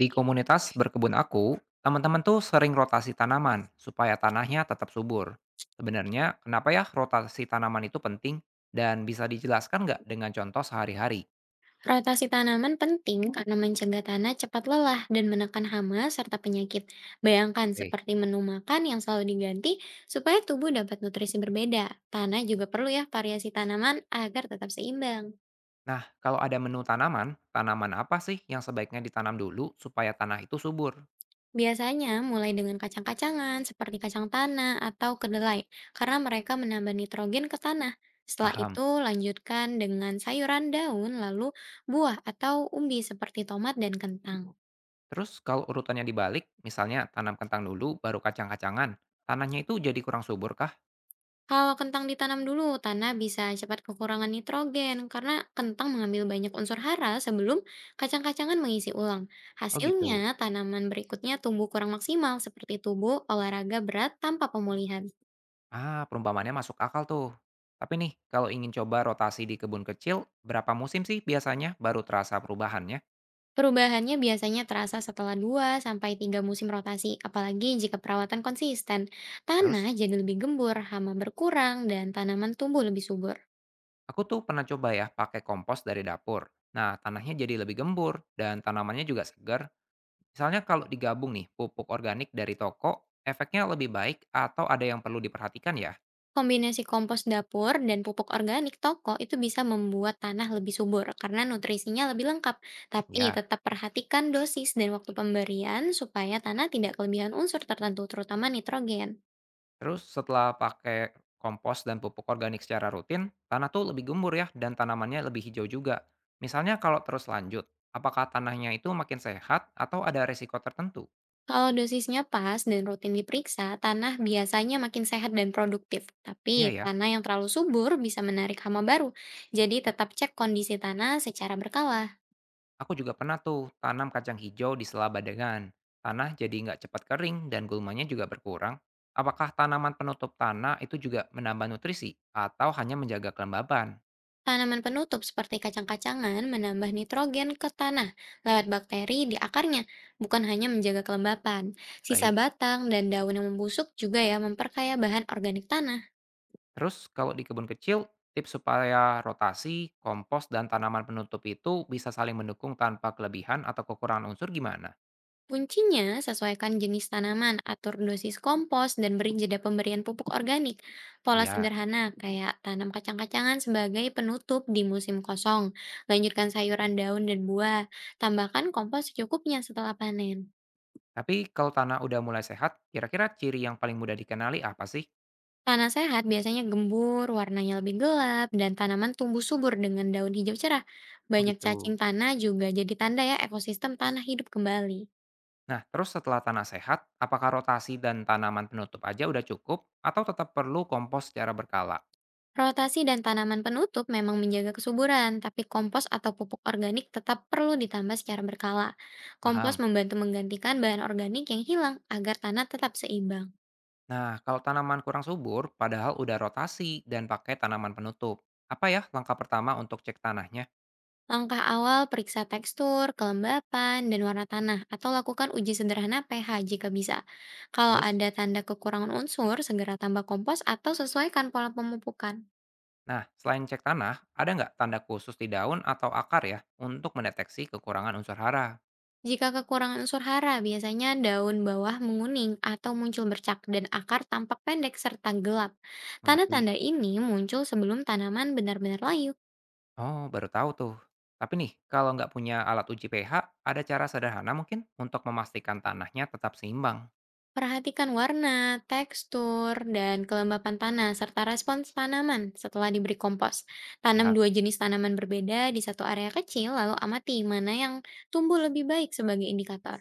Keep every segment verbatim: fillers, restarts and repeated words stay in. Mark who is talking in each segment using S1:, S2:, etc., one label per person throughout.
S1: Di komunitas berkebun aku, teman-teman tuh sering rotasi tanaman supaya tanahnya tetap subur. Sebenarnya, kenapa ya rotasi tanaman itu penting dan bisa dijelaskan nggak dengan contoh sehari-hari?
S2: Rotasi tanaman penting karena mencegah tanah cepat lelah dan menekan hama serta penyakit. Bayangkan
S1: Oke.
S2: seperti menu makan yang selalu diganti supaya tubuh dapat nutrisi berbeda. Tanah juga perlu ya variasi tanaman agar tetap seimbang.
S1: Nah, kalau ada menu tanaman, tanaman apa sih yang sebaiknya ditanam dulu supaya tanah itu subur?
S2: Biasanya mulai dengan kacang-kacangan seperti kacang tanah atau kedelai karena mereka menambah nitrogen ke tanah. Setelah
S1: Paham.
S2: itu lanjutkan dengan sayuran daun lalu buah atau umbi seperti tomat dan kentang.
S1: Terus kalau urutannya dibalik, misalnya tanam kentang dulu baru kacang-kacangan, tanahnya itu jadi kurang subur kah?
S2: Kalau kentang ditanam dulu, tanah bisa cepat kekurangan nitrogen karena kentang mengambil banyak unsur hara sebelum kacang-kacangan mengisi ulang.
S1: Oh
S2: Hasilnya,
S1: gitu.
S2: tanaman berikutnya tumbuh kurang maksimal seperti tubuh olahraga berat tanpa pemulihan.
S1: Ah, perumpamaannya masuk akal tuh. Tapi nih, kalau ingin coba rotasi di kebun kecil, berapa musim sih biasanya baru terasa perubahannya?
S2: Perubahannya biasanya terasa setelah dua sampai tiga musim rotasi, apalagi jika perawatan konsisten. Tanah
S1: Terus,
S2: jadi lebih gembur, hama berkurang, dan tanaman tumbuh lebih subur.
S1: aku tuh pernah coba ya pakai kompos dari dapur. Nah, tanahnya jadi lebih gembur dan tanamannya juga segar. Misalnya kalau digabung nih pupuk organik dari toko, efeknya lebih baik atau ada yang perlu diperhatikan ya?
S2: Kombinasi kompos dapur dan pupuk organik toko itu bisa membuat tanah lebih subur karena nutrisinya lebih lengkap. Tapi
S1: Ya.
S2: tetap perhatikan dosis dan waktu pemberian supaya tanah tidak kelebihan unsur tertentu, terutama nitrogen.
S1: Terus setelah pakai kompos dan pupuk organik secara rutin, tanah tuh lebih gembur ya dan tanamannya lebih hijau juga. Misalnya kalau terus lanjut, apakah tanahnya itu makin sehat atau ada resiko tertentu?
S2: Kalau dosisnya pas dan rutin diperiksa, tanah biasanya makin sehat dan produktif.
S1: Iya
S2: Tapi
S1: ya,
S2: tanah yang terlalu subur bisa menarik hama baru. Jadi tetap cek kondisi tanah secara berkala.
S1: aku juga pernah tuh tanam kacang hijau di sela badengan. Tanah jadi nggak cepat kering dan gulmanya juga berkurang. Apakah tanaman penutup tanah itu juga menambah nutrisi atau hanya menjaga kelembaban?
S2: Tanaman penutup seperti kacang-kacangan menambah nitrogen ke tanah lewat bakteri di akarnya, bukan hanya menjaga kelembapan. Sisa
S1: Baik.
S2: batang dan daun yang membusuk juga ya memperkaya bahan organik tanah.
S1: Terus kalau di kebun kecil, tips supaya rotasi, kompos, dan tanaman penutup itu bisa saling mendukung tanpa kelebihan atau kekurangan unsur gimana?
S2: Kuncinya, sesuaikan jenis tanaman, atur dosis kompos, dan beri jeda pemberian pupuk organik. Pola
S1: Ya,
S2: sederhana kayak tanam kacang-kacangan sebagai penutup di musim kosong. Lanjutkan sayuran daun dan buah. Tambahkan kompos secukupnya setelah panen.
S1: tapi kalau tanah udah mulai sehat, kira-kira ciri yang paling mudah dikenali apa sih?
S2: Tanah sehat biasanya gembur, warnanya lebih gelap, dan tanaman tumbuh subur dengan daun hijau cerah.
S1: Oh
S2: Banyak cacing
S1: gitu.
S2: tanah juga jadi tanda ya ekosistem tanah hidup kembali.
S1: Nah, terus setelah tanah sehat, apakah rotasi dan tanaman penutup aja udah cukup atau tetap perlu kompos secara berkala?
S2: Rotasi dan tanaman penutup memang menjaga kesuburan, tapi kompos atau pupuk organik tetap perlu ditambah secara berkala. Kompos
S1: Paham.
S2: membantu menggantikan bahan organik yang hilang agar tanah tetap seimbang.
S1: Nah, kalau tanaman kurang subur, padahal udah rotasi dan pakai tanaman penutup. Apa ya langkah pertama untuk cek tanahnya?
S2: Langkah awal periksa tekstur, kelembapan, dan warna tanah, atau lakukan uji sederhana pe ha jika bisa. Kalau
S1: Terus?
S2: ada tanda kekurangan unsur, segera tambah kompos atau sesuaikan pola pemupukan.
S1: Nah, selain cek tanah, ada nggak tanda khusus di daun atau akar ya untuk mendeteksi kekurangan unsur hara?
S2: Jika kekurangan unsur hara, biasanya daun bawah menguning atau muncul bercak dan akar tampak pendek serta gelap.
S1: Mengerti?
S2: Tanda-tanda ini muncul sebelum tanaman benar-benar layu.
S1: Oh, baru tahu tuh. Tapi nih, kalau nggak punya alat uji pe ha, ada cara sederhana mungkin untuk memastikan tanahnya tetap seimbang.
S2: Perhatikan warna, tekstur, dan kelembapan tanah serta respons tanaman setelah diberi kompos. Tanam
S1: Siap.
S2: dua jenis tanaman berbeda di satu area kecil lalu amati mana yang tumbuh lebih baik sebagai indikator.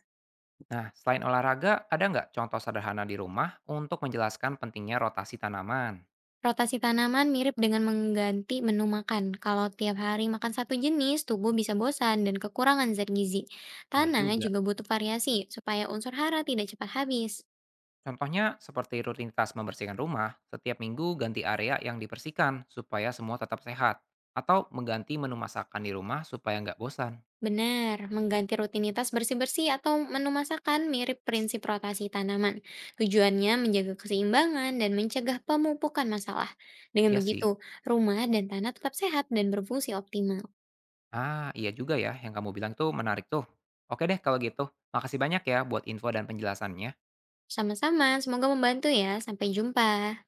S1: Nah, selain olahraga, ada nggak contoh sederhana di rumah untuk menjelaskan pentingnya rotasi tanaman?
S2: Rotasi tanaman mirip dengan mengganti menu makan. Kalau tiap hari makan satu jenis, tubuh bisa bosan dan kekurangan zat gizi.
S1: Benar
S2: Tanah
S1: juga.
S2: juga butuh variasi supaya unsur hara tidak cepat habis.
S1: Contohnya seperti rutinitas membersihkan rumah, setiap minggu ganti area yang dibersihkan supaya semua tetap sehat. Atau mengganti menu masakan di rumah supaya nggak bosan.
S2: Benar, mengganti rutinitas bersih-bersih atau menu masakan mirip prinsip rotasi tanaman. Tujuannya menjaga keseimbangan dan mencegah pemupukan masalah. Dengan
S1: Ya sih.
S2: begitu, rumah dan tanah tetap sehat dan berfungsi optimal.
S1: Ah, iya juga ya yang kamu bilang tuh menarik tuh. Oke deh kalau gitu. Makasih banyak ya buat info dan penjelasannya.
S2: Sama-sama, semoga membantu ya. Sampai jumpa.